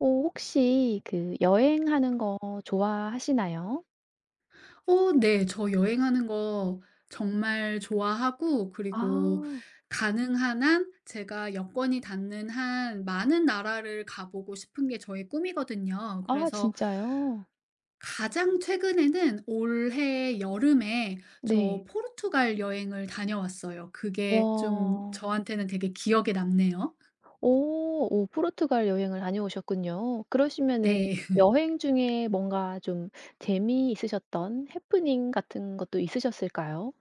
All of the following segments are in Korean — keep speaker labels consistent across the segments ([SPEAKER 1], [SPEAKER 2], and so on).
[SPEAKER 1] 오, 혹시 그 여행하는 거 좋아하시나요?
[SPEAKER 2] 어 네. 저 여행하는 거 정말 좋아하고 그리고
[SPEAKER 1] 아.
[SPEAKER 2] 가능한 한 제가 여건이 닿는 한 많은 나라를 가보고 싶은 게 저의 꿈이거든요.
[SPEAKER 1] 아
[SPEAKER 2] 그래서
[SPEAKER 1] 진짜요?
[SPEAKER 2] 가장 최근에는 올해 여름에
[SPEAKER 1] 네.
[SPEAKER 2] 저 포르투갈 여행을 다녀왔어요. 그게 좀
[SPEAKER 1] 와.
[SPEAKER 2] 저한테는 되게 기억에 남네요.
[SPEAKER 1] 오 오 포르투갈 여행을 다녀오셨군요. 그러시면은
[SPEAKER 2] 네.
[SPEAKER 1] 여행 중에 뭔가 좀 재미있으셨던 해프닝 같은 것도 있으셨을까요?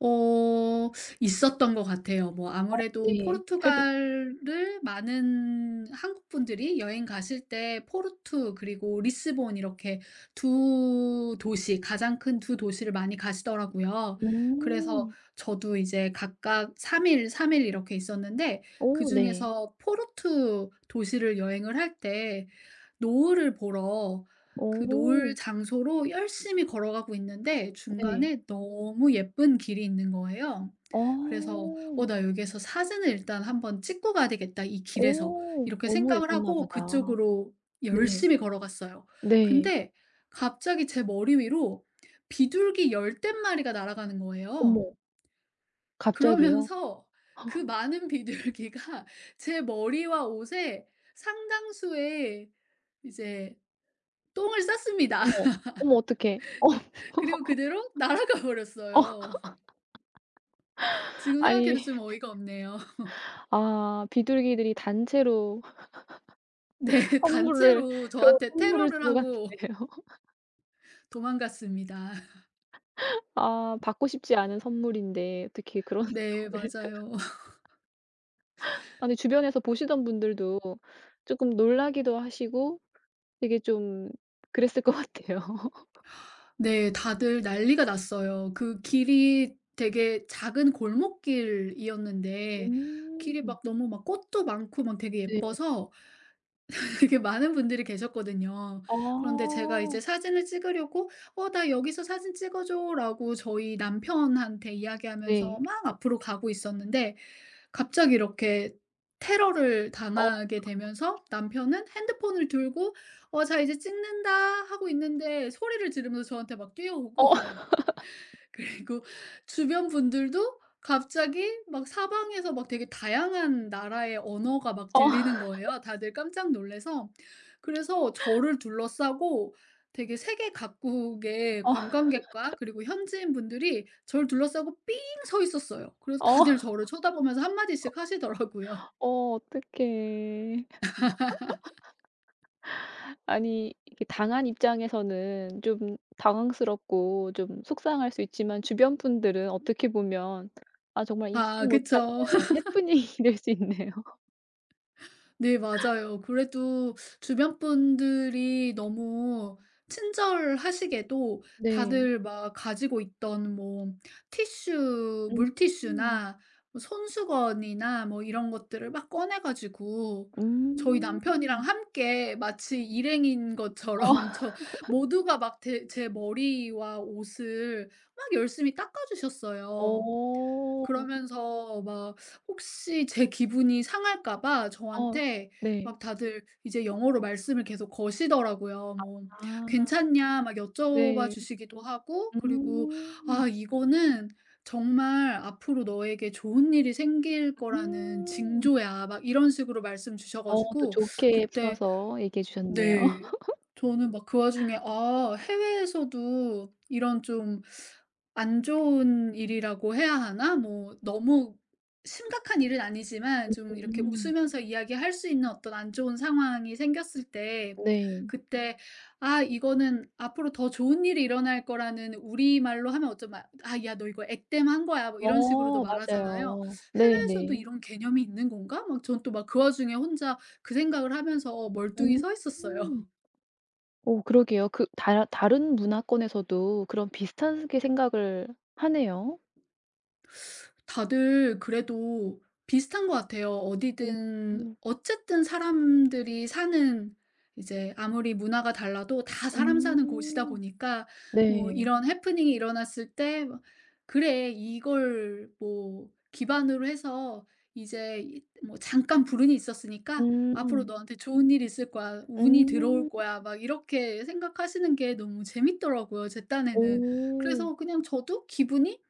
[SPEAKER 2] 어 있었던 것 같아요. 뭐
[SPEAKER 1] 어
[SPEAKER 2] 아무래도
[SPEAKER 1] 네.
[SPEAKER 2] 포르투갈을 많은 한국 분들이 여행 가실 때 포르투 그리고 리스본 이렇게 두 도시, 가장 큰 두 도시를 많이 가시더라고요. 그래서
[SPEAKER 1] 음.
[SPEAKER 2] 저도 이제 각각 3일 일, 3일 이렇게 있었는데,
[SPEAKER 1] 오 네.
[SPEAKER 2] 그중에서 포르투 도시를 여행을 할 때 노을을 보러 그 놀
[SPEAKER 1] 오
[SPEAKER 2] 장소로 열심히 걸어가고 있는데
[SPEAKER 1] 네.
[SPEAKER 2] 중간에 너무 예쁜 길이 있는 거예요.
[SPEAKER 1] 어.
[SPEAKER 2] 그래서 '어 나 여기에서 사진을 일단 한번 찍고 가야 되겠다, 이 길에서.'
[SPEAKER 1] 오
[SPEAKER 2] 이렇게
[SPEAKER 1] 너무
[SPEAKER 2] 생각을
[SPEAKER 1] 예뻤나
[SPEAKER 2] 하고
[SPEAKER 1] 보다.
[SPEAKER 2] 그쪽으로
[SPEAKER 1] 네.
[SPEAKER 2] 열심히 걸어갔어요.
[SPEAKER 1] 네.
[SPEAKER 2] 근데 갑자기 제 머리 위로 비둘기 열댓 마리가 날아가는 거예요.
[SPEAKER 1] 어머 갑자기요?
[SPEAKER 2] 그러면서 그 많은 비둘기가 제 머리와 옷에 상당수의 이제 똥을 쌌습니다.
[SPEAKER 1] 어머. 어머 어떡해. 어
[SPEAKER 2] 그리고 그대로 날아가
[SPEAKER 1] 어
[SPEAKER 2] 버렸어요. 지금 생각해도
[SPEAKER 1] 아니
[SPEAKER 2] 좀 어이가 없네요.
[SPEAKER 1] 아 비둘기들이 단체로
[SPEAKER 2] 네.
[SPEAKER 1] 선물을
[SPEAKER 2] 단체로
[SPEAKER 1] 그런
[SPEAKER 2] 저한테
[SPEAKER 1] 선물을
[SPEAKER 2] 테러를
[SPEAKER 1] 주고
[SPEAKER 2] 하고
[SPEAKER 1] 갔네요.
[SPEAKER 2] 도망갔습니다.
[SPEAKER 1] 아 받고 싶지 않은 선물인데 어떻게 그런
[SPEAKER 2] 네.
[SPEAKER 1] 거를
[SPEAKER 2] 맞아요.
[SPEAKER 1] 아니 주변에서 보시던 분들도 조금 놀라기도 하시고 되게 좀 그랬을 것 같아요.
[SPEAKER 2] 네. 다들 난리가 났어요. 그 길이 되게 작은 골목길이었는데,
[SPEAKER 1] 음.
[SPEAKER 2] 길이 막 너무 막 꽃도 많고 막 되게
[SPEAKER 1] 네.
[SPEAKER 2] 예뻐서 되게 많은 분들이 계셨거든요. 그런데
[SPEAKER 1] 아.
[SPEAKER 2] 제가 이제 사진을 찍으려고 "어 나 여기서 사진 찍어 줘."라고 저희 남편한테
[SPEAKER 1] 네.
[SPEAKER 2] 이야기하면서 막 앞으로 가고 있었는데, 갑자기 이렇게 테러를
[SPEAKER 1] 어
[SPEAKER 2] 당하게 되면서 남편은 핸드폰을 들고 "어 자 이제 찍는다." 하고 있는데 소리를 지르면서 저한테 막
[SPEAKER 1] 어
[SPEAKER 2] 뛰어오고, 그리고 주변 분들도 갑자기 막 사방에서 막 되게 다양한 나라의 언어가 막
[SPEAKER 1] 어
[SPEAKER 2] 들리는
[SPEAKER 1] 어
[SPEAKER 2] 거예요, 다들 깜짝 놀라서. 그래서 저를 둘러싸고, 되게 세계 각국의 관광객과 그리고 현지인 분들이 저를 둘러싸고 삥 서 있었어요. 그래서 다들
[SPEAKER 1] 어
[SPEAKER 2] 저를 쳐다보면서 한마디씩 하시더라고요.
[SPEAKER 1] 어 어떡해. 아니 이게 당한 입장에서는 좀 당황스럽고 좀 속상할 수 있지만 주변 분들은 어떻게 보면 아 정말 잊지
[SPEAKER 2] 아
[SPEAKER 1] 못할
[SPEAKER 2] 그쵸.
[SPEAKER 1] 해프닝이 될 수 있네요.
[SPEAKER 2] 네, 맞아요. 그래도 주변 분들이 너무 친절하시게도
[SPEAKER 1] 네.
[SPEAKER 2] 다들 막 가지고 있던 뭐 티슈,
[SPEAKER 1] 음.
[SPEAKER 2] 물티슈나 뭐 손수건이나 뭐 이런 것들을 막 꺼내가지고, 저희 남편이랑
[SPEAKER 1] 음.
[SPEAKER 2] 함께 마치 일행인
[SPEAKER 1] 어.
[SPEAKER 2] 것처럼 저 모두가 막 제 머리와 옷을 막 열심히 닦아주셨어요.
[SPEAKER 1] 어.
[SPEAKER 2] 그러면서 막 혹시 제 기분이 상할까 봐
[SPEAKER 1] 어.
[SPEAKER 2] 저한테
[SPEAKER 1] 네.
[SPEAKER 2] 막 다들 이제 영어로 말씀을 계속 거시더라고요. 뭐
[SPEAKER 1] 아.
[SPEAKER 2] "괜찮냐?" 막 여쭤봐
[SPEAKER 1] 네.
[SPEAKER 2] 주시기도 하고 그리고
[SPEAKER 1] 음.
[SPEAKER 2] "아 이거는 정말 앞으로 너에게 좋은 일이 생길 거라는
[SPEAKER 1] 음.
[SPEAKER 2] 징조야." 막 이런 식으로 말씀 주셔
[SPEAKER 1] 어 또
[SPEAKER 2] 가지고.
[SPEAKER 1] 좋게
[SPEAKER 2] 그때
[SPEAKER 1] 풀어서 얘기해 주셨네요.
[SPEAKER 2] 네. 저는 막 그 와중에 '아 해외에서도 이런 좀 안 좋은 일이라고 해야 하나? 뭐 너무 심각한 일은 아니지만 좀 이렇게
[SPEAKER 1] 음.
[SPEAKER 2] 웃으면서 이야기할 수 있는 어떤 안 좋은 상황이 생겼을 때
[SPEAKER 1] 네.
[SPEAKER 2] 그때 '아 이거는 앞으로 더 좋은 일이 일어날 거라는' 우리말로 하면 어쩌면 "아 야 너 이거 액땜한 거야." 뭐 이런 식으로도
[SPEAKER 1] 어
[SPEAKER 2] 말하잖아요.
[SPEAKER 1] 맞아요.
[SPEAKER 2] '해외에서도
[SPEAKER 1] 네네.
[SPEAKER 2] 이런 개념이 있는 건가?' 막 전 또 막 그 와중에 혼자 그 생각을 하면서 멀뚱히
[SPEAKER 1] 음.
[SPEAKER 2] 서 있었어요.
[SPEAKER 1] 오, 그러게요. 그 다 다른 문화권에서도 그런 비슷하게 생각을 하네요.
[SPEAKER 2] 다들 그래도 비슷한 것 같아요.
[SPEAKER 1] 어
[SPEAKER 2] 어디든
[SPEAKER 1] 음.
[SPEAKER 2] 어쨌든 사람들이 사는, 이제 아무리 문화가 달라도 다 사람 사는 곳이다
[SPEAKER 1] 음.
[SPEAKER 2] 보니까 뭐
[SPEAKER 1] 네.
[SPEAKER 2] 이런 해프닝이 일어났을 때 막 '그래. 이걸 뭐 기반으로 해서 이제 이 뭐 잠깐 불운이 있었으니까 앞으로
[SPEAKER 1] 음.
[SPEAKER 2] 너한테 좋은 일이 있을 거야. 운이 들어올
[SPEAKER 1] 음.
[SPEAKER 2] 거야.' 막 이렇게 생각하시는 게 너무 재밌더라고요, 제 딴에는.
[SPEAKER 1] 오.
[SPEAKER 2] 그래서 그냥 저도 기분이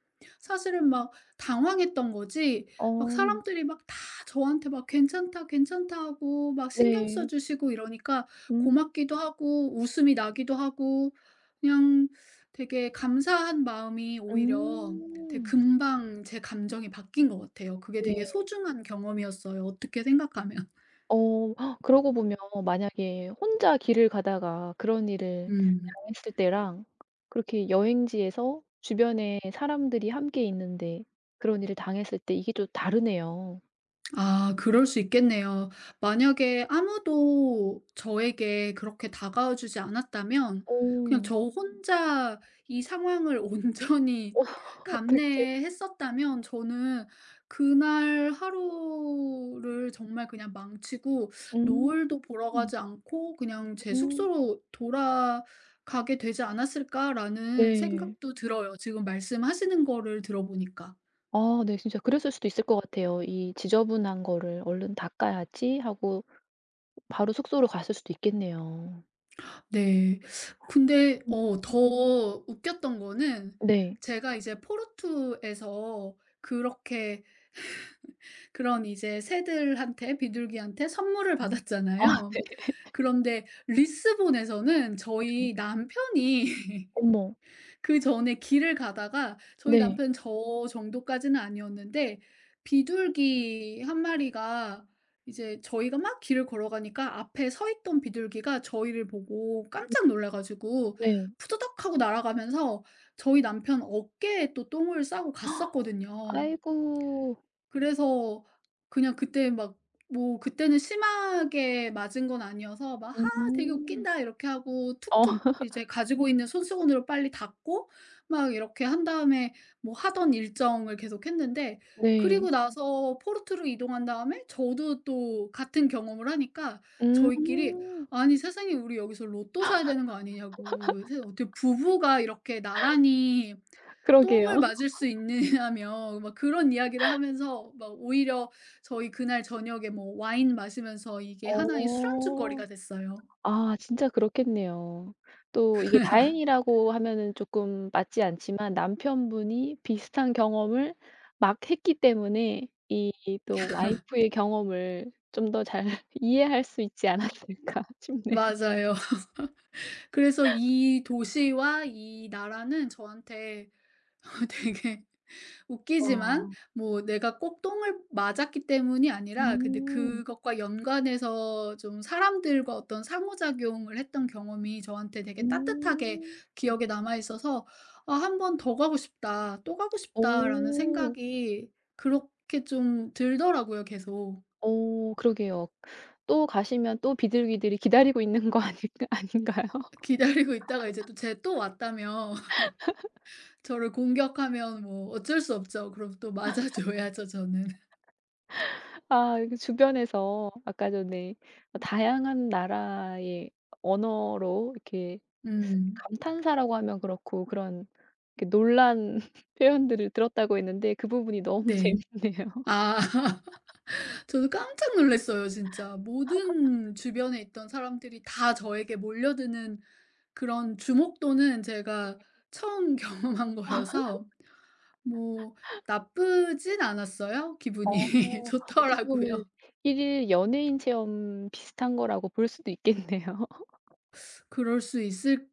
[SPEAKER 2] 사실은 막 당황했던 거지, 막
[SPEAKER 1] 어.
[SPEAKER 2] 사람들이 막 다 저한테 막 "괜찮다, 괜찮다." 하고 막 신경 써
[SPEAKER 1] 네.
[SPEAKER 2] 주시고 이러니까
[SPEAKER 1] 음.
[SPEAKER 2] 고맙기도 하고 웃음이 나기도 하고 그냥 되게 감사한 마음이 오히려, 되게
[SPEAKER 1] 음.
[SPEAKER 2] 금방 제 감정이 바뀐 것 같아요. 그게 되게
[SPEAKER 1] 네.
[SPEAKER 2] 소중한 경험이었어요, 어떻게 생각하면.
[SPEAKER 1] 어 헉, 그러고 보면 만약에 혼자 길을 가다가 그런 일을
[SPEAKER 2] 음.
[SPEAKER 1] 당했을 때랑 그렇게 여행지에서 주변에 사람들이 함께 있는데 그런 일을 당했을 때 이게 또 다르네요.
[SPEAKER 2] 아 그럴 수 있겠네요. 만약에 아무도 저에게 그렇게 다가와 주지 않았다면, 그냥
[SPEAKER 1] 오.
[SPEAKER 2] 저 혼자 이 상황을 온전히
[SPEAKER 1] 어 어떡해.
[SPEAKER 2] 감내했었다면 저는 그날 하루를 정말 그냥 망치고
[SPEAKER 1] 음.
[SPEAKER 2] 노을도 보러 가지 않고 그냥 제
[SPEAKER 1] 음.
[SPEAKER 2] 숙소로 돌아가게 되지 않았을까라는
[SPEAKER 1] 네.
[SPEAKER 2] 생각도 들어요, 지금 말씀하시는 거를 들어보니까.
[SPEAKER 1] 아 네 진짜 그랬을 수도 있을 것 같아요. '이 지저분한 거를 얼른 닦아야지.' 하고 바로 숙소로 갔을 수도 있겠네요.
[SPEAKER 2] 네. 근데
[SPEAKER 1] 음
[SPEAKER 2] 더 웃겼던 거는,
[SPEAKER 1] 네.
[SPEAKER 2] 제가 이제 포르투에서 그렇게 그런, 이제 새들한테 비둘기한테 선물을
[SPEAKER 1] 음. 아
[SPEAKER 2] 받았잖아요.
[SPEAKER 1] 네.
[SPEAKER 2] 그런데 리스본에서는
[SPEAKER 1] 네.
[SPEAKER 2] 저희 남편이
[SPEAKER 1] 어머.
[SPEAKER 2] 그전에 길을 가다가, 저희
[SPEAKER 1] 네.
[SPEAKER 2] 남편 저 정도까지는 아니었는데 비둘기 한 마리가, 이제 저희가 막 길을 걸어가니까 앞에 서 있던 비둘기가 저희를 보고
[SPEAKER 1] 음
[SPEAKER 2] 깜짝 놀라 가지고
[SPEAKER 1] 네.
[SPEAKER 2] 푸드덕 하고 날아가면서 저희 남편 어깨에 또 똥을 싸고 갔었거든요.
[SPEAKER 1] 아이고.
[SPEAKER 2] 그래서 그냥 그때 막 뭐, 그때는 심하게 맞은 건 아니어서 막 '하 되게
[SPEAKER 1] 음.
[SPEAKER 2] 웃긴다.' 이렇게 하고
[SPEAKER 1] 어.
[SPEAKER 2] 툭툭 이제 가지고 있는 손수건으로 빨리 닦고 막 이렇게 한 다음에 뭐 하던 일정을 계속했는데,
[SPEAKER 1] 네.
[SPEAKER 2] 그리고 나서 포르투로 이동한 다음에 저도 또 같은 경험을 하니까
[SPEAKER 1] 음.
[SPEAKER 2] 저희끼리 "아니 세상에, 우리 여기서 로또 사야 되는 거 아니냐."고. 세 어떻게 부부가 이렇게 나란히 똥을
[SPEAKER 1] 그러게요.
[SPEAKER 2] 맞을 수 있느냐며 막 그런 이야기를 하면서 막 오히려 저희 그날 저녁에 뭐 와인 마시면서 이게 하나의
[SPEAKER 1] 어.
[SPEAKER 2] 술안주거리가 됐어요.
[SPEAKER 1] 아 진짜 그렇겠네요. 또 이게 다행이라고 하면은 쪼끔 맞지 않지만 남편분이 비슷한 경험을 막 했기 때문에 이 또 와이프의 경험을 좀 더 잘 이해할 수 있지 않았을까 싶네요.
[SPEAKER 2] 맞아요. 그래서 이 도시와 이 나라는 저한테 되게 웃기지만,
[SPEAKER 1] 와.
[SPEAKER 2] 뭐 내가 꼭 똥을 맞았기 때문이 아니라 근데
[SPEAKER 1] 음.
[SPEAKER 2] 그것과 연관해서 좀 사람들과 어떤 상호작용을 했던 경험이 저한테 되게 따뜻하게
[SPEAKER 1] 음.
[SPEAKER 2] 기억에 남아 있어서 '아 한 번 더 가고 싶다. 또 가고 싶다.'라는
[SPEAKER 1] 어.
[SPEAKER 2] 생각이 그렇게 좀 들더라고요, 계속.
[SPEAKER 1] 어 그러게요. 또 가시면 또 비둘기들이 기다리고 있는 거 아닐까 아닌가요?
[SPEAKER 2] 기다리고 있다가 이제 또 쟤 또 왔다며 저를 공격하면 뭐 어쩔 수 없죠. 그럼 또 맞아 줘야죠 저는.
[SPEAKER 1] 아이 주변에서 아까 전에 다양한 나라의 언어로 이렇게
[SPEAKER 2] 음.
[SPEAKER 1] 감탄사라고 하면 그렇고 그런 이렇게 놀란 표현들을 들었다고 했는데 그 부분이 너무
[SPEAKER 2] 네.
[SPEAKER 1] 재밌네요.
[SPEAKER 2] 아. 저도 깜짝 놀랐어요 진짜. 모든 주변에 있던 사람들이 다 저에게 몰려드는 그런 주목도는 제가 처음 경험한 거여서, 뭐 나쁘진 않았어요.
[SPEAKER 1] 어
[SPEAKER 2] 기분이
[SPEAKER 1] 어떻게 보면
[SPEAKER 2] 좋더라고요.
[SPEAKER 1] 1일 연예인 체험 비슷한 거라고 볼 수도 있겠네요.
[SPEAKER 2] 그럴 수 있을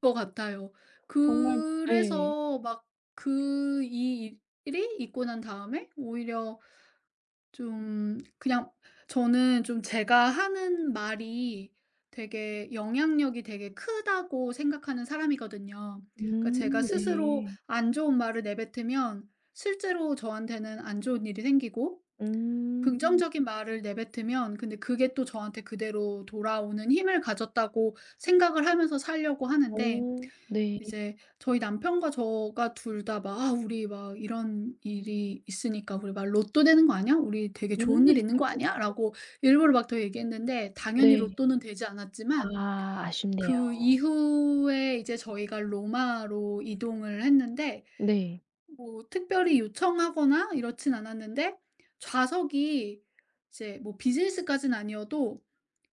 [SPEAKER 2] 것 같아요.
[SPEAKER 1] 정말 네.
[SPEAKER 2] 그래서 막 그 이 일이 있고 난 다음에 오히려 좀 그냥, 저는 좀 제가 하는 말이 되게 영향력이 되게 크다고 생각하는 사람이거든요. 그러니까 제가 스스로
[SPEAKER 1] 네.
[SPEAKER 2] 안 좋은 말을 내뱉으면 실제로 저한테는 안 좋은 일이 생기고,
[SPEAKER 1] 음.
[SPEAKER 2] 긍정적인 말을 내뱉으면 근데 그게 또 저한테 그대로 돌아오는 힘을 가졌다고 생각을 하면서 살려고 하는데,
[SPEAKER 1] 오, 네.
[SPEAKER 2] 이제 저희 남편과 저가 둘다 막 "아 우리 막 이런 일이 있으니까 우리 막 로또 되는 거 아니야? 우리 되게 좋은 일
[SPEAKER 1] 음
[SPEAKER 2] 있는 거 아니야?"라고 일부러 막 더 얘기했는데 당연히
[SPEAKER 1] 네.
[SPEAKER 2] 로또는 되지 않았지만,
[SPEAKER 1] 아 아쉽네요.
[SPEAKER 2] 그 이후에 이제 저희가 로마로 이동을 했는데,
[SPEAKER 1] 네.
[SPEAKER 2] 뭐 특별히 요청하거나 이렇진 않았는데, 좌석이 이제 뭐 비즈니스까진 아니어도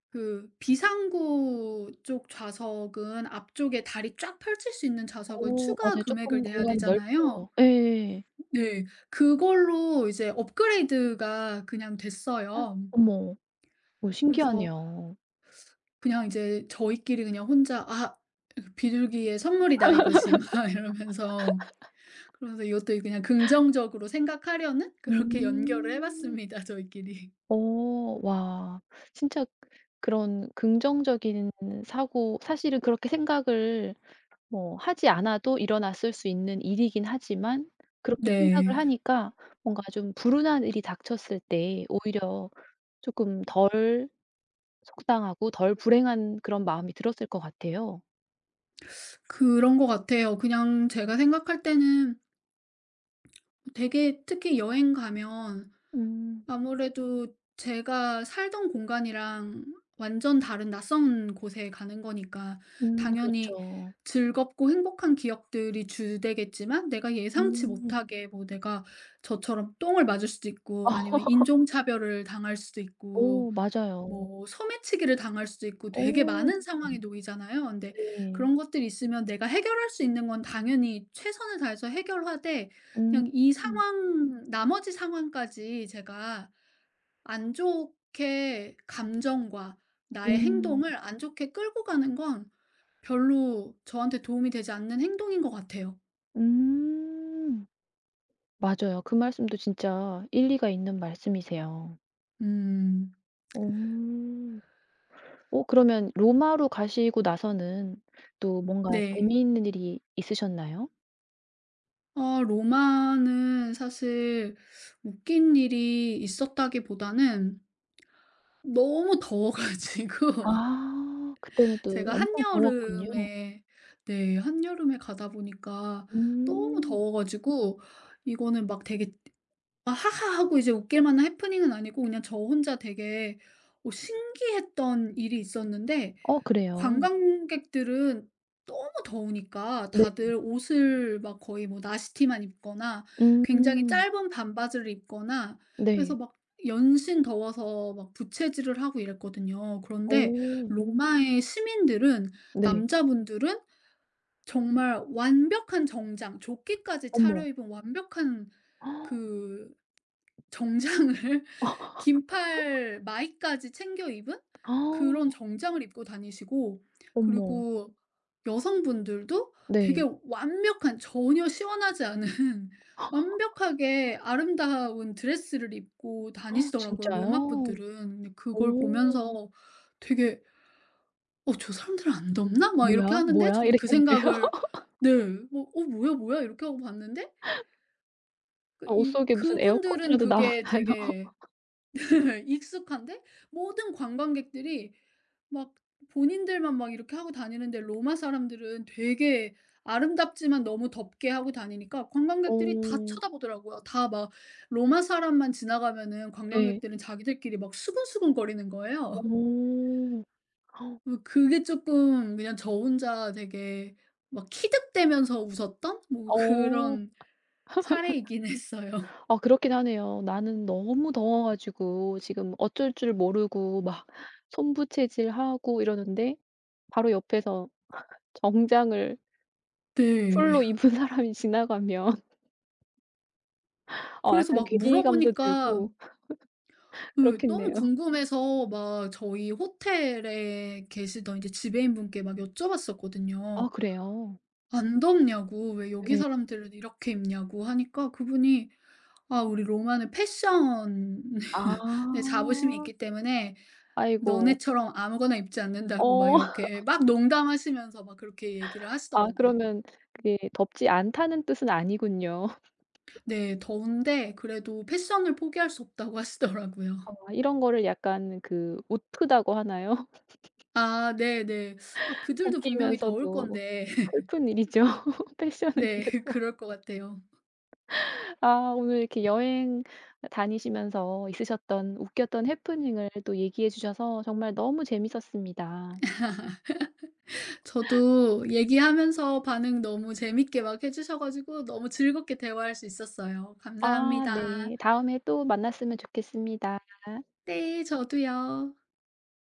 [SPEAKER 2] 그 비상구 쪽 좌석은, 앞쪽에 다리 쫙 펼칠 수 있는 좌석은
[SPEAKER 1] 어
[SPEAKER 2] 추가
[SPEAKER 1] 맞아요.
[SPEAKER 2] 금액을
[SPEAKER 1] 쪼끔
[SPEAKER 2] 내야
[SPEAKER 1] 공간이 넓죠.
[SPEAKER 2] 되잖아요.
[SPEAKER 1] 예.
[SPEAKER 2] 네. 그걸로 이제 업그레이드가 그냥 됐어요.
[SPEAKER 1] 어머. 어
[SPEAKER 2] 그래서
[SPEAKER 1] 신기하네요.
[SPEAKER 2] 그냥 이제 저희끼리 그냥 혼자 '아 비둘기의 선물이다 이것이.' 막 이러면서, 그러면서 이것도 그냥 긍정적으로 생각하려는, 그렇게 연결을 해
[SPEAKER 1] 음.
[SPEAKER 2] 봤습니다 저희끼리.
[SPEAKER 1] 어 와. 진짜 그런 긍정적인 사고 사실은 그렇게 생각을 뭐 하지 않아도 일어났을 수 있는 일이긴 하지만 그렇게 생각을
[SPEAKER 2] 네.
[SPEAKER 1] 하니까 뭔가 좀 불운한 일이 닥쳤을 때 오히려 쪼끔 덜 속상하고 덜 불행한 그런 마음이 들었을 것 같아요.
[SPEAKER 2] 그런 것 같아요. 그냥 제가 생각할 때는 되게, 특히 여행 가면
[SPEAKER 1] 음.
[SPEAKER 2] 아무래도 제가 살던 공간이랑 완전 다른 낯선 곳에 가는 거니까 당연히
[SPEAKER 1] 그렇죠.
[SPEAKER 2] 즐겁고 행복한 기억들이 주되겠지만, 내가 예상치
[SPEAKER 1] 음.
[SPEAKER 2] 못하게 뭐 내가 저처럼 똥을 맞을 수도 있고
[SPEAKER 1] 아
[SPEAKER 2] 아니면 인종차별을 당할 수도 있고
[SPEAKER 1] 오 맞아요.
[SPEAKER 2] 뭐 소매치기를 당할 수도 있고, 되게
[SPEAKER 1] 어.
[SPEAKER 2] 많은 상황에 놓이잖아요. 근데
[SPEAKER 1] 네.
[SPEAKER 2] 그런 것들이 있으면 내가 해결할 수 있는 건 당연히 최선을 다해서 해결하되,
[SPEAKER 1] 음.
[SPEAKER 2] 그냥 이 상황 나머지 상황까지 제가 안 좋게, 감정과 나의
[SPEAKER 1] 음.
[SPEAKER 2] 행동을 안 좋게 끌고 가는 건 별로 저한테 도움이 되지 않는 행동인 것 같아요.
[SPEAKER 1] 음. 맞아요. 그 말씀도 진짜 일리가 있는 말씀이세요.
[SPEAKER 2] 음.
[SPEAKER 1] 어. 어 그러면 로마로 가시고 나서는 또 뭔가
[SPEAKER 2] 네.
[SPEAKER 1] 재미있는 일이 있으셨나요?
[SPEAKER 2] 아 로마는 사실 웃긴 일이 있었다기보다는 너무 더워 가지고.
[SPEAKER 1] 아 그때는 또
[SPEAKER 2] 제가
[SPEAKER 1] 엄청 더웠군요.
[SPEAKER 2] 한여름에, 네, 한여름에 가다 보니까 너무
[SPEAKER 1] 음.
[SPEAKER 2] 더워 가지고 이거는 막 되게, 아 하하하고 이제 웃길 만한 해프닝은 아니고 그냥 저 혼자 되게 신기했던 일이 있었는데,
[SPEAKER 1] 어 그래요?
[SPEAKER 2] 관광객들은 너무 더우니까
[SPEAKER 1] 네.
[SPEAKER 2] 다들 옷을 막 거의 뭐 나시티만 입거나 굉장히
[SPEAKER 1] 음.
[SPEAKER 2] 짧은 반바지를 입거나 해서
[SPEAKER 1] 네.
[SPEAKER 2] 막 연신 더워서 막 부채질을 하고 이랬거든요. 그런데
[SPEAKER 1] 어.
[SPEAKER 2] 로마의 시민들은,
[SPEAKER 1] 네.
[SPEAKER 2] 남자분들은 정말 완벽한 정장, 조끼까지
[SPEAKER 1] 어머.
[SPEAKER 2] 차려입은 완벽한 그 정장을 긴팔 마이까지 챙겨 입은 그런
[SPEAKER 1] 아.
[SPEAKER 2] 정장을 입고 다니시고,
[SPEAKER 1] 어머.
[SPEAKER 2] 그리고 여성분들도 되게
[SPEAKER 1] 네.
[SPEAKER 2] 완벽한 전혀 시원하지 않은 완벽하게 아름다운 드레스를 입고 다니시더라고요,
[SPEAKER 1] 진짜요?
[SPEAKER 2] 로마 분들은. 근데 그걸
[SPEAKER 1] 오.
[SPEAKER 2] 보면서 되게 '어 저 사람들은 안 덥나?' 막
[SPEAKER 1] "뭐야,
[SPEAKER 2] 이렇게 하는데,
[SPEAKER 1] 뭐야?"
[SPEAKER 2] 저는 그
[SPEAKER 1] 이랬겠네요.
[SPEAKER 2] 생각을. 네. 뭐 '어 뭐야, 뭐야.' 이렇게 하고 봤는데, 그
[SPEAKER 1] 아 옷
[SPEAKER 2] 이
[SPEAKER 1] 속에 무슨
[SPEAKER 2] 그분들은
[SPEAKER 1] 에어컨이라도 나오나요?
[SPEAKER 2] 그게 되게 익숙한데 모든 관광객들이 막 본인들만 막 이렇게 하고 다니는데 로마 사람들은 되게 아름답지만 너무 덥게 하고 다니니까 관광객들이 다
[SPEAKER 1] 어.
[SPEAKER 2] 쳐다보더라고요. 다 막 로마 사람만 지나가면은
[SPEAKER 1] 네.
[SPEAKER 2] 관광객들은 자기들끼리 막 수근수근 거리는 거예요.
[SPEAKER 1] 어.
[SPEAKER 2] 뭐 그게 조금, 그냥 저 혼자 되게 막 키득대면서 웃었던 뭐
[SPEAKER 1] 어.
[SPEAKER 2] 그런 사례이긴 했어요.
[SPEAKER 1] 아 그렇긴 하네요. 나는 너무 더워 가지고 지금 어쩔 줄 모르고 막 손부채질하고 이러는데 바로 옆에서 정장을
[SPEAKER 2] 네.
[SPEAKER 1] 풀로 입은 사람이 지나가면 어
[SPEAKER 2] 그래서
[SPEAKER 1] 약간
[SPEAKER 2] 막
[SPEAKER 1] 괴리감도
[SPEAKER 2] 물어보니까,
[SPEAKER 1] 들고
[SPEAKER 2] 그 너무
[SPEAKER 1] 그렇겠네요.
[SPEAKER 2] 궁금해서 막 저희 호텔에 계시던 이제 지배인분께 막 여쭤봤었거든요.
[SPEAKER 1] 아 그래요?
[SPEAKER 2] "안 덥냐고. 왜 여기
[SPEAKER 1] 네.
[SPEAKER 2] 사람들은 이렇게 입냐."고 하니까 그분이 "아 우리 로마는 패션에
[SPEAKER 1] 아.
[SPEAKER 2] 자부심이 있기 때문에
[SPEAKER 1] 아이고.
[SPEAKER 2] 너네처럼 아무거나 입지 않는다."고 막
[SPEAKER 1] 어.
[SPEAKER 2] 이렇게 막 농담하시면서 막 그렇게 얘기를
[SPEAKER 1] 아
[SPEAKER 2] 하시더라고요.
[SPEAKER 1] 그러면 그게 덥지 않다는 뜻은 아니군요.
[SPEAKER 2] 네. 더운데 그래도 패션을 포기할 수 없다고 하시더라고요.
[SPEAKER 1] 아 이런 거를 약간 그 웃프다고 하나요?
[SPEAKER 2] 아 네네. 아 그들도 분명히 더울
[SPEAKER 1] 웃기면서도
[SPEAKER 2] 건데.
[SPEAKER 1] 슬픈 일이죠, 패션을
[SPEAKER 2] 네.
[SPEAKER 1] 위해서.
[SPEAKER 2] 그럴 것 같아요.
[SPEAKER 1] 아 오늘 이렇게 여행 다니시면서 있으셨던 웃겼던 해프닝을 또 얘기해 주셔서 정말 너무 재밌었습니다.
[SPEAKER 2] 저도 얘기하면서 반응 너무 재밌게 막 해 주셔 가지고 너무 즐겁게 대화할 수 있었어요.
[SPEAKER 1] 아
[SPEAKER 2] 감사합니다.
[SPEAKER 1] 네. 다음에 또 만났으면 좋겠습니다.
[SPEAKER 2] 네. 저도요.